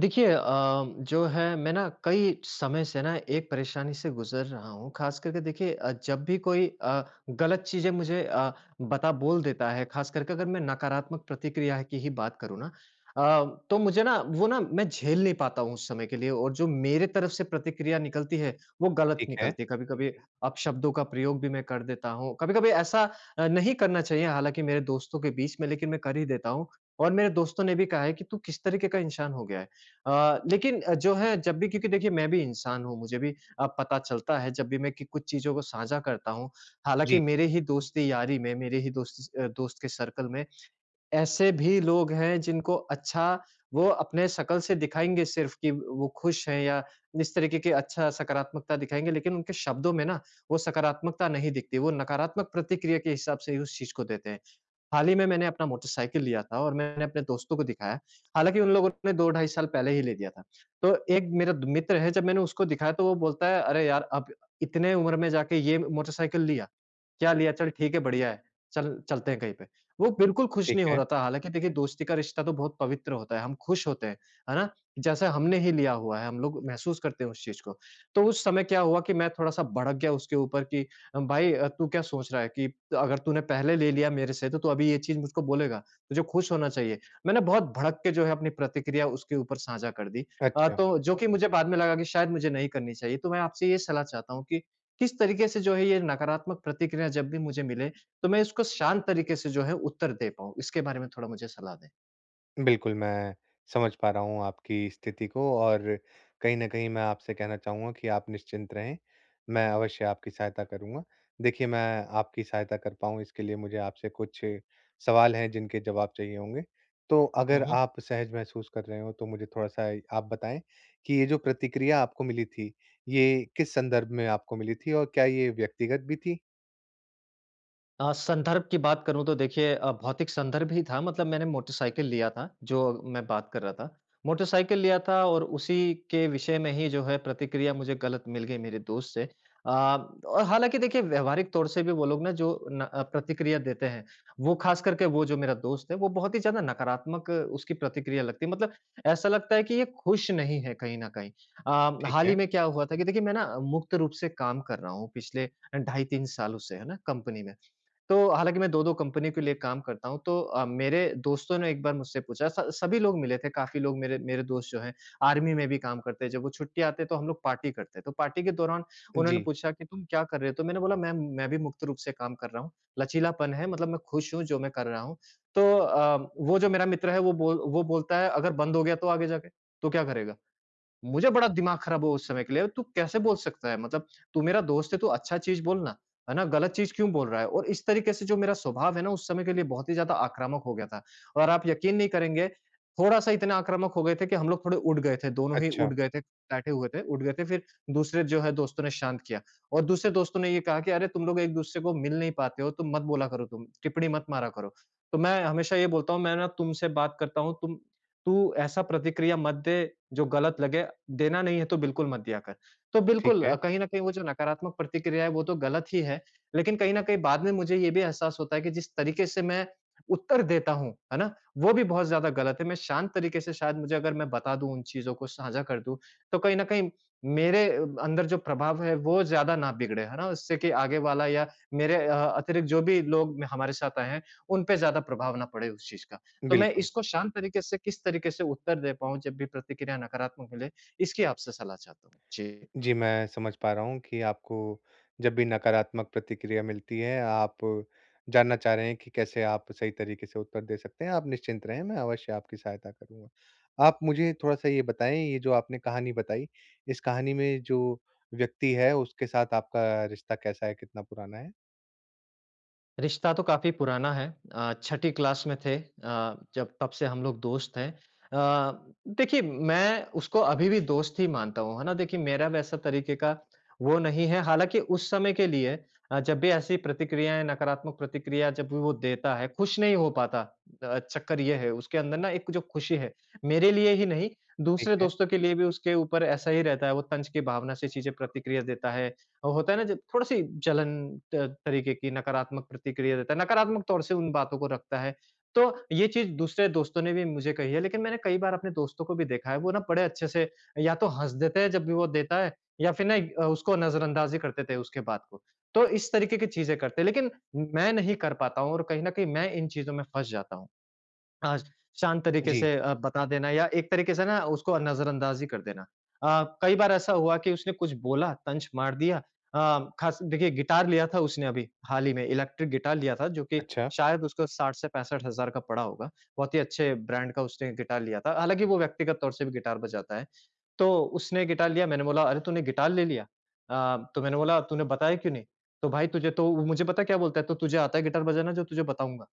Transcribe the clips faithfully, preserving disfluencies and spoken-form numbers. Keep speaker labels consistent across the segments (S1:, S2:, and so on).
S1: देखिए अ, जो है मैं ना कई समय से ना एक परेशानी से गुजर रहा हूँ। ख़ास करके देखिए अ, जब भी कोई अ, गलत चीज़ें मुझे अ, बता बोल देता है, ख़ास करके अगर मैं नकारात्मक प्रतिक्रिया की ही बात करूँ ना अ, तो मुझे ना वो ना मैं झेल नहीं पाता हूँ उस समय के लिए और जो मेरे तरफ से प्रतिक्रिया निकलती है, वो गलत
S2: ठीक है।
S1: निकलती है। कभी-कभी अपशब्दों का प्रयोग भी मैं कर देता हूँ। कभी-कभी ऐसा अ, नहीं करना चाहिए हालाँकि मेरे दोस्तों के बीच में, लेकिन मैं कर ही देता हूँ और मेरे दोस्तों ने भी कहा है कि, "तू किस तरीके का इंसान हो गया है, अ, लेकिन अ, जो है जब भी क्योंकि देखिए मैं भी इंसान हूँ, मुझे भी अ, पता चलता है जब भी मैं कि कुछ चीज़ों को साझा करता हूँ, हालाँकि
S2: जी,
S1: मेरे ही दोस्ती यारी में, मेरे ही दोस्त अ, दोस्त के सर्कल में ऐसे भी लोग हैं जिनको अच्छा वो अपने शकल से दिखाएँगे सिर्फ़ कि वो खुश हैं या इस तरीके के अच्छा सकारात्मकता दिखाएँगे, लेकिन उनके शब्दों में ना वो सकारात्मकता नहीं दिखती, वो नकारात्मक प्रतिक्रिया के हिसाब से ही उस चीज़ को देते हैं। हाल ही में मैंने अपना मोटरसाइकिल लिया था और मैंने अपने दोस्तों को दिखाया, हालाँकि उन लोगों ने दो ढाई साल पहले ही ले लिया था। तो एक मेरा द मित्र है, जब मैंने उसको दिखाया तो वो बोलता है, "अरे यार! अब इतने उम्र में जाके ये मोटरसाइकिल लिया? क्या लिया? चल ठीक है, बढ़िया है, चल चलते हैं कहीं पे।" वो बिल्कुल खुश
S2: ठीक
S1: नहीं हो
S2: है।
S1: रहा था। हालाँकि देखिए दोस्ती का रिश्ता तो बहुत पवित्र होता है, हम खुश होते हैं, है ना? जैसा हमने ही लिया हुआ है, हम लोग महसूस करते हैं उस चीज़ को। तो उस समय क्या हुआ कि मैं थोड़ा-सा भड़क गया उसके ऊपर कि अ, भाई अ, तू क्या सोच रहा है कि अगर तूने पहले ले लिया मेरे से तो तू अभी ये चीज़ मुझको बोलेगा, तुझे खुश होना चाहिए। मैंने बहुत भड़क के जो है अपनी प्रतिक्रिया उसके ऊपर साझा कर दी। अ,
S2: अच्छा,
S1: तो जो कि मुझे बाद में लगा कि शायद मुझे नहीं करनी चाहिए। तो मैं आपसे ये सलाह चाहता हूँ कि किस तरीके से जो है ये नकारात्मक प्रतिक्रिया जब भी मुझे मिले तो मैं इसको शांत तरीके से जो है उत्तर दे पाऊँ, इसके बारे में थोड़ा मुझे सलाह दें?
S2: बिल्कुल मैं समझ पा रहा हूँ आपकी स्थिति को और कहीं न कहीं मैं आपसे कहना चाहूँगा कि आप निश्चिंत रहें, मैं अवश्य आपकी सहायता करूँगा। देखिए, मैं आपकी सहायता कर पाऊँ इसके लिए मुझे आपसे कुछ सवाल हैं जिनके जवाब चाहिए होंगे। तो
S1: हुँ,
S2: अगर
S1: हुँ।
S2: आप सहज महसूस कर रहे हो तो मुझे थोड़ा-सा आप बताएँ कि ये जो प्रतिक्रिया आपको मिली थी, ये किस संदर्भ में आपको मिली थी और क्या ये व्यक्तिगत भी थी?
S1: अ, संदर्भ की बात करूँ तो देखिए अ, भौतिक संदर्भ ही था, मतलब मैंने मोटरसाइकिल लिया था, जो मैं बात कर रहा था। मोटरसाइकिल लिया था और उसी के विषय में ही जो है प्रतिक्रिया मुझे गलत मिल गई मेरे दोस्त से। अ, और हालाँकि देखिए व्यावहारिक तौर से भी वो लोग ना जो न अ, प्रतिक्रिया देते हैं, वो ख़ास करके वो जो मेरा दोस्त है, वो बहुत ही ज़्यादा नकारात्मक अ, उसकी प्रतिक्रिया लगती है। मतलब ऐसा लगता है कि ये खुश नहीं है कहीं न कहीं। अ,
S2: ठीक
S1: हाल
S2: है।
S1: ही में क्या हुआ था कि देखिए मैं ना मुक्त रूप से काम कर रहा हूँ पिछले ढाई तीन सालों से, है ना, कंपनी में। तो हालाँकि मैं दो दो कंपनी के लिए काम करता हूँ, तो अ, मेरे दोस्तों ने एक बार मुझसे पूछा स सभी लोग मिले थे, काफ़ी लोग। मेरे मेरे दोस्त जो हैं, आर्मी में भी काम करते हैं, जब वो छुट्टी आते हैं तो हम लोग पार्टी करते हैं। तो पार्टी के दौरान उन्होंने
S2: जी,
S1: पूछा कि, "तुम क्या कर रहे हो?" तो मैंने बोला, "मैं मैं भी मुक्त रूप से काम कर रहा हूँ, लचीलापन है, मतलब मैं खुश हूँ जो मैं कर रहा हूँ।" तो अ, वो जो मेरा मित्र है वो बोल वो बोलता है, "अगर बंद हो गया तो आगे जाके, तो क्या करेगा?" मुझे बड़ा दिमाग खराब हुआ उस समय के लिए, तू कैसे बोल सकता है? मतलब तू मेरा दोस्त है, तू अच्छा चीज़ बोल ना, है ना? गलत चीज़ क्यों बोल रहा है? और इस तरीके से जो मेरा स्वभाव है ना, उस समय के लिए बहुत ही ज़्यादा आक्रामक हो गया था और आप यकीन नहीं करेंगे, थोड़ा-सा इतना आक्रामक हो गए थे कि हम लोग थोड़े उठ गए थे, दोनों ही
S2: अच्छा,
S1: उठ गए थे, बैठे हुए थे, उठ गए थे। फिर दूसरे जो है दोस्तों ने शांत किया और दूसरे दोस्तों ने ये कहा कि, "अरे! तुम लोग एक-दूसरे को मिल नहीं पाते हो, तो मत बोला करो तुम, टिप्पणी मत मारा करो।" तो मैं हमेशा ये बोलता हूँ, "मैं ना तुमसे बात करता हूँ, तुम तू ऐसा प्रतिक्रिया मत दे जो गलत लगे, देना नहीं है तो बिल्कुल मत दिया कर। तो
S2: ठीक
S1: बिल्कुल अ,
S2: है,
S1: कहीं न कहीं वो जो नकारात्मक प्रतिक्रिया है वो तो गलत ही है, लेकिन कहीं न कहीं बाद में मुझे ये भी एहसास होता है कि जिस तरीके से मैं उत्तर देता हूँ, है ना? वो भी बहुत ज़्यादा गलत है। मैं शांत तरीके से शायद मुझे अगर मैं बता दूँ उन चीज़ों को साझा कर दूँ, तो कहीं न कहीं मेरे अ, अंदर जो प्रभाव है वो ज़्यादा ना बिगड़े, है ना? उससे कि आगे वाला या मेरे अ, अतिरिक्त जो भी लोग हमारे साथ आए हैं, उन पे ज़्यादा प्रभाव ना पड़े उस चीज़ का। तो मैं
S2: बिल्कुल।
S1: इसको शांत तरीके से किस तरीके से उत्तर दे पाऊँ जब भी प्रतिक्रिया नकारात्मक मिले, इसकी आपसे सलाह चाहता हूँ? जी।
S2: जी, मैं समझ पा रहा हूँ कि आपको जब भी नकारात्मक प्रतिक्रिया मिलती है, आप जानना चाह रहे हैं कि कैसे आप सही तरीके से उत्तर दे सकते हैं। आप निश्चिंत रहें, मैं अवश्य आपकी सहायता करूँगा। आप मुझे थोड़ा-सा ये बताएँ, ये जो आपने कहानी बताई, इस कहानी में जो व्यक्ति है, उसके साथ आपका रिश्ता कैसा है, कितना पुराना है?
S1: रिश्ता तो काफ़ी पुराना है। अ, छठी क्लास में थे अ, जब तब से हम लोग दोस्त हैं। अ, देखिए मैं उसको अभी भी दोस्त ही मानता हूँ, है ना? देखिए मेरा वैसा तरीके का वो नहीं है, हालाँकि उस समय के लिए अ, जब भी ऐसी प्रतिक्रियाएँ नकारात्मक प्रतिक्रिया जब भी वो देता है, खुश नहीं हो पाता। अ, चक्कर ये है, उसके अंदर ना एक जो खुशी है, मेरे लिए ही नहीं
S2: ठीक
S1: दूसरे
S2: है।
S1: दोस्तों के लिए भी उसके ऊपर ऐसा ही रहता है, वो तंज की भावना से चीज़ें प्रतिक्रिया देता है और होता है ना जब थोड़ी-सी जलन त तरीके की नकारात्मक प्रतिक्रिया देता है, नकारात्मक तौर से उन बातों को रखता है। तो ये चीज़ दूसरे दोस्तों ने भी मुझे कही है, लेकिन मैंने कई बार अपने दोस्तों को भी देखा है, वो ना बड़े अच्छे से या तो हँस देते हैं जब भी वो देता है या फिर ना अ, उसको नज़रअंदाज़ी कर देते हैं उसके बात को। तो इस तरीके की चीज़ें करते हैं, लेकिन मैं नहीं कर पाता हूँ और कहीं न कहीं मैं इन चीज़ों में फँस जाता हूँ। अ, शांत तरीके
S2: जी,
S1: से अ, बता देना या एक तरीके से ना उसको नज़रअंदाज़ी कर देना। अ, कई बार ऐसा हुआ कि उसने कुछ बोला, तंच मार दिया। अ, ख़ास देखिए गिटार लिया था उसने अभी हाल ही में, इलेक्ट्रिक गिटार लिया था जो कि
S2: अच्छा,
S1: शायद उसको साठ से पैंसठ हज़ार का पड़ा होगा। बहुत ही अच्छे ब्रांड का उसने गिटार लिया था। हालाँकि वो व्यक्तिगत तौर से भी गिटार बजाता है। तो उसने गिटार लिया, मैंने बोला, "अरे! तूने गिटार ले लिया?" अ, तो मैंने बोला, "तूने बताया क्यों नहीं?" तो भाई तुझे तो मुझे पता है क्या बोलता है, "तो तुझे आता है गिटार बजाना जो तुझे बताऊँगा।"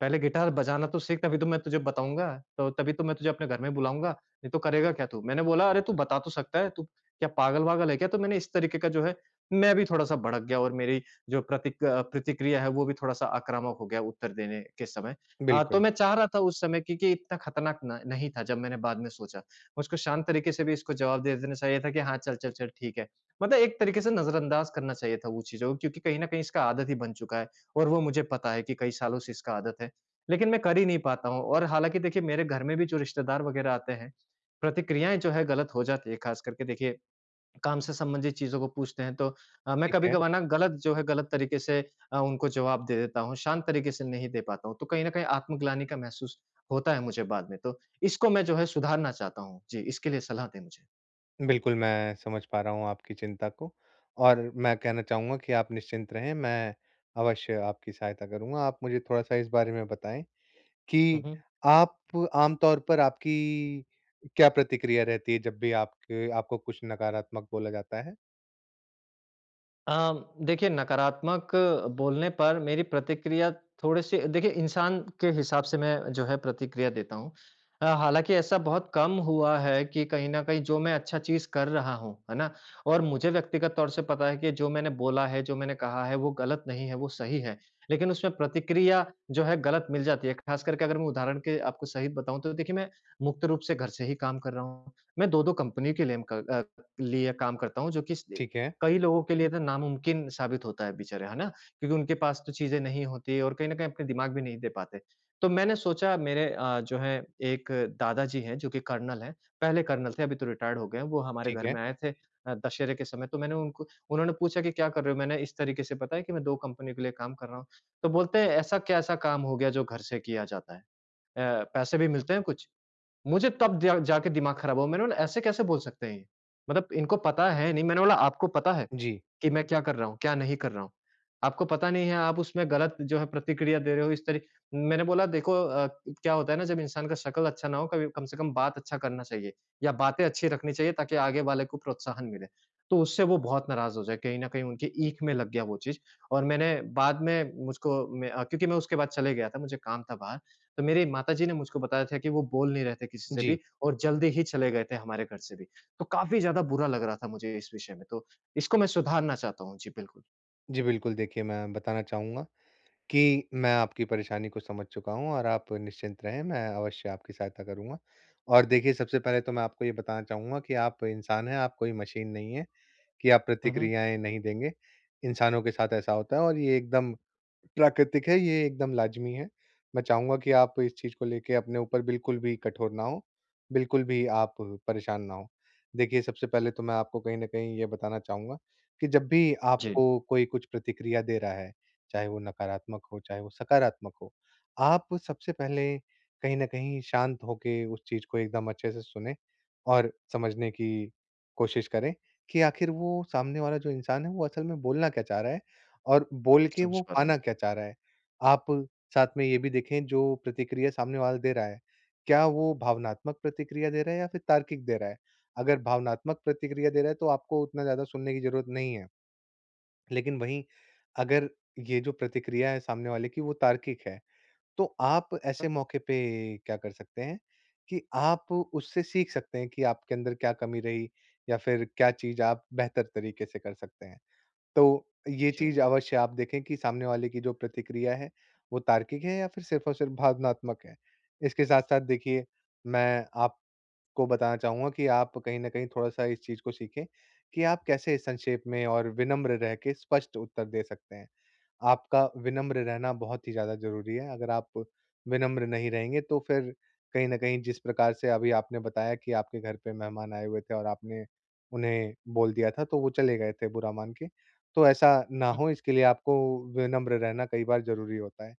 S1: पहले गिटार बजाना तो सीख तभी तो मैं तुझे बताऊँगा, तो तभी तो मैं तुझे अपने घर में बुलाऊँगा, नहीं तो करेगा क्या तू? मैंने बोला अरे तू बता तो सकता है, तू क्या पागल-वागल है क्या? तो मैंने इस तरीके का जो है मैं भी थोड़ा-सा भड़क गया और मेरी जो प्रतिक अ, प्रतिक्रिया है वो भी थोड़ा-सा आक्रामक हो गया उत्तर देने के समय। अ, तो
S2: बिल्कुल,
S1: मैं चाह रहा था उस समय क्योंकि इतना खतरनाक न नहीं था जब मैंने बाद में सोचा। मुझको शांत तरीके से भी इसको जवाब दे देना चाहिए था कि हाँ, चल, चल, चल ठीक है। मतलब एक तरीके से नज़रअंदाज करना चाहिए था वो चीज़ों को क्योंकि कहीं न कहीं इसका आदत ही बन चुका है और वो मुझे पता है कि कई सालों से इसका आदत है। लेकिन मैं कर ही नहीं पाता हूँ और हालाँकि देखिए मेरे घर में भी जो रिश्तेदार वग़ैरह आते हैं, प्रतिक्रियाएँ जो है गलत हो जाती है, ख़ास करके देखिए काम से संबंधित चीज़ों को पूछते हैं तो अ, मैं
S2: ठीक है।
S1: कभी-कभार ना गलत जो है गलत तरीके से अ, उनको जवाब दे देता हूँ, शांत तरीके से नहीं दे पाता हूँ। तो कहीं न कहीं आत्मग्लानि का महसूस होता है मुझे बाद में, तो इसको मैं जो है सुधारना चाहता हूँ। जी, इसके लिए सलाह दें मुझे।
S2: बिल्कुल, मैं समझ पा रहा हूँ आपकी चिंता को और मैं कहना चाहूँगा कि आप निश्चिंत रहें, मैं अवश्य आपकी सहायता करूँगा। आप मुझे थोड़ा-सा इस बारे में बताएँ
S1: हुँ,
S2: कि
S1: हुँ।
S2: आप आम तौर पर आपकी क्या प्रतिक्रिया रहती है जब भी आपके आपको कुछ नकारात्मक बोला जाता है?
S1: अम, देखिए नकारात्मक बोलने पर मेरी प्रतिक्रिया थोड़े से देखिए इंसान के हिसाब से मैं जो है प्रतिक्रिया देता हूँ। अ, हालाँकि ऐसा बहुत कम हुआ है कि कहीं न कहीं जो मैं अच्छा चीज़ कर रहा हूँ, है ना? और मुझे व्यक्तिगत तौर से पता है कि जो मैंने बोला है, जो मैंने कहा है वो गलत नहीं है, वो सही है। लेकिन उसमें प्रतिक्रिया जो है गलत मिल जाती है। ख़ास करके अगर मैं उदाहरण के आपको सहित बताऊँ तो देखिए मैं मुक्त रूप से घर से ही काम कर रहा हूँ। मैं दो दो कंपनी के लिए म क अ, लिए काम करता हूँ जो कि स
S2: ठीक है,
S1: कई लोगों के लिए तो नामुमकिन साबित होता है बेचारे, है ना? क्योंकि उनके पास तो चीज़ें नहीं होती और कहीं न कहीं अपने दिमाग भी नहीं दे पाते। तो मैंने सोचा मेरे अ, जो है एक दादाजी हैं जो कि कर्नल हैं, पहले कर्नल थे, अभी तो रिटायर्ड हो गए हैं, वो हमारे
S2: ठीक
S1: घर
S2: है।
S1: में आए थे अ, दशहरे के समय, तो मैंने उनको उन्होंने पूछा कि क्या कर रहे हो? मैंने इस तरीके से बताया कि मैं दो कंपनियों के लिए काम कर रहा हूँ। तो बोलते हैं ऐसा कैसा काम हो गया जो घर से किया जाता है? अ, पैसे भी मिलते हैं कुछ? मुझे तब जा जाके दिमाग खराब हुआ। मैंने बोला ऐसे कैसे बोल सकते हैं ये? मतलब इनको पता है नहीं। मैंने बोला आपको पता है?
S2: जी,
S1: कि मैं क्या कर रहा हूँ, क्या नहीं कर रहा हूँ। आपको पता नहीं है, आप उसमें गलत जो है प्रतिक्रिया दे रहे हो इस तरी मैंने बोला देखो अ, क्या होता है ना जब इंसान का शक्ल अच्छा ना हो कभी, कम से कम बात अच्छा करना चाहिए या बातें अच्छी रखनी चाहिए ताकि आगे वाले को प्रोत्साहन मिले। तो उससे वो बहुत नाराज़ हो जाए, कहीं न कहीं उनकी ईख में लग गया वो चीज़ और मैंने बाद में मुझको मैं अ, क्योंकि मैं उसके बाद चले गया था, मुझे काम था बाहर। तो मेरी माताजी ने मुझको बताया था कि वो बोल नहीं रहे थे किसी से
S2: जी।
S1: भी और जल्दी ही चले गए थे हमारे घर से भी। तो काफ़ी ज़्यादा बुरा लग रहा था मुझे इस विषय में। तो इसको मैं सुधारना चाहता हूँ। जी, बिल्कुल।
S2: जी, बिल्कुल देखिए मैं बताना चाहूँगा कि मैं आपकी परेशानी को समझ चुका हूँ और आप निश्चिंत रहें, मैं अवश्य आपकी सहायता करूँगा। और देखिए सबसे पहले तो मैं आपको ये बताना चाहूँगा कि आप इंसान हैं, आप कोई मशीन नहीं हैं। कि आप
S1: हुँ, हुँ।
S2: प्रतिक्रियाएँ नहीं देंगे। इंसानों के साथ ऐसा होता है और ये एकदम प्राकृतिक है, ये एकदम लाज़मी है। मैं चाहूँगा कि आप इस चीज़ को लेके अपने ऊपर बिल्कुल भी कठोर ना हों, बिल्कुल भी आप परेशान ना हों। देखिए, सबसे पहले तो मैं आपको कहीं न कहीं ये बताना चाहूँगा कि जब भी
S1: जी,
S2: आपको कोई कुछ प्रतिक्रिया दे रहा है, चाहे वो नकारात्मक हो, चाहे वो सकारात्मक हो, आप सबसे पहले कहीं न कहीं शांत होके उस चीज़ को एकदम अच्छे से सुनें और समझने की कोशिश करें। कि आखिर वो सामने वाला जो इंसान है वो असल में बोलना क्या चाह रहा है और बोल के
S1: समझ
S2: वो
S1: पा रहा
S2: पाना
S1: हूँ।
S2: क्या चाह रहा है। आप साथ में ये भी देखें जो प्रतिक्रिया सामने वाला दे रहा है, क्या वो भावनात्मक प्रतिक्रिया दे रहा है या फिर तार्किक दे रहा है? अगर भावनात्मक प्रतिक्रिया दे रहा है तो आपको उतना ज़्यादा सुनने की ज़रूरत नहीं है। लेकिन वहीं अगर ये जो प्रतिक्रिया है सामने वाले की वो तार्किक है तो आप ऐसे मौके पे क्या कर सकते हैं कि आप उससे सीख सकते हैं कि आपके अंदर क्या कमी रही या फिर क्या चीज़ आप बेहतर तरीके से कर सकते हैं। तो ये
S1: जी,
S2: चीज़ अवश्य आप देखें कि सामने वाले की जो प्रतिक्रिया है, वो तार्किक है या फिर सिर्फ़ और सिर्फ़ भावनात्मक है। इसके साथ-साथ देखिए, मैं आपको बताना चाहूँगा कि आप कहीं न कहीं थोड़ा-सा इस चीज़ को सीखें कि आप कैसे संक्षेप में और विनम्र रह के स्पष्ट उत्तर दे सकते हैं। आपका विनम्र रहना बहुत ही ज़्यादा ज़रूरी है। अगर आप विनम्र नहीं रहेंगे तो फिर कहीं न कहीं जिस प्रकार से अभी आपने बताया कि आपके घर पे मेहमान आए हुए थे और आपने उन्हें बोल दिया था तो वो चले गए थे बुरा मान के। तो ऐसा ना
S1: हुँ।
S2: हो इसके लिए आपको विनम्र रहना कई बार ज़रूरी होता है।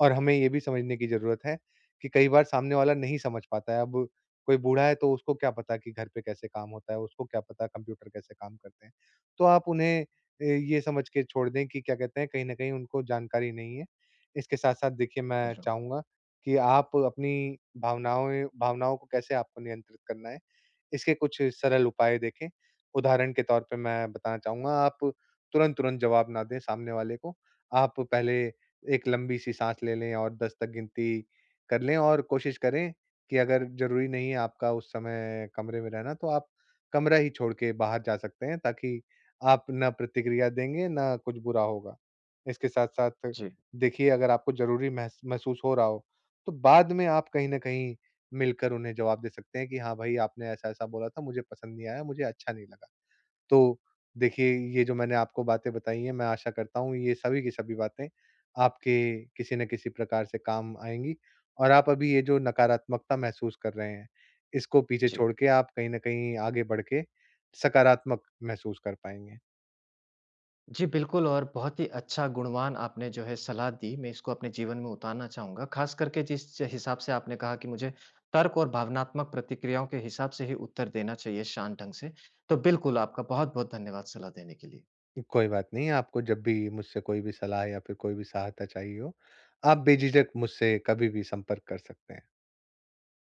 S2: और हमें ये भी समझने की ज़रूरत है कि कई बार सामने वाला नहीं समझ पाता है। अब कोई बूढ़ा है तो उसको क्या पता कि घर पे कैसे काम होता है, उसको क्या पता कंप्यूटर कैसे काम करते हैं। तो आप उन्हें अ, ये समझ के छोड़ दें कि क्या कहते हैं, कहीं न कहीं उनको जानकारी नहीं है। इसके साथ-साथ देखिए
S1: समझ
S2: मैं
S1: रहा हूँ।
S2: चाहूँगा कि आप अपनी भावनाओं भावनाओं को कैसे आपको नियंत्रित करना है, इसके कुछ सरल उपाय देखें। उदाहरण के तौर पे मैं बताना चाहूँगा, आप तुरंत-तुरंत जवाब ना दें सामने वाले को। आप पहले एक लंबी सी साँस ले लें और दस तक गिनती कर लें और कोशिश करें कि अगर ज़रूरी नहीं है आपका उस समय कमरे में रहना, तो आप कमरा ही छोड़ के बाहर जा सकते हैं ताकि आप ना प्रतिक्रिया देंगे, ना कुछ बुरा होगा। इसके साथ-साथ
S1: जी,
S2: देखिए अगर आपको ज़रूरी महस महसूस हो रहा हो, तो बाद में आप कहीं न कहीं मिलकर उन्हें जवाब दे सकते हैं कि हाँ भाई, आपने ऐसा-ऐसा बोला था, मुझे पसंद नहीं आया, मुझे अच्छा नहीं लगा। तो देखिए, ये जो मैंने आपको बातें बताई हैं, मैं आशा करता हूँ ये सभी की सभी बातें आपके किसी न किसी प्रकार से काम आएँगी और आप अभी ये जो नकारात्मकता महसूस कर रहे हैं, इसको पीछे
S1: जी।
S2: छोड़ के आप कहीं न कहीं आगे बढ़ के सकारात्मक महसूस कर पाएँगे।
S1: जी, बिल्कुल और बहुत ही अच्छा गुणवान आपने जो है सलाह दी, मैं इसको अपने जीवन में उतारना चाहूँगा। ख़ास करके जिस हिसाब से आपने कहा कि मुझे तर्क और भावनात्मक प्रतिक्रियाओं के हिसाब से ही उत्तर देना चाहिए शांत ढंग से। तो बिल्कुल आपका बहुत-बहुत धन्यवाद सलाह देने के लिए।
S2: कोई बात नहीं, आपको जब भी मुझसे कोई भी सलाह या फिर कोई भी सहायता चाहिए हो, आप बेझिझक मुझसे कभी भी संपर्क कर सकते हैं।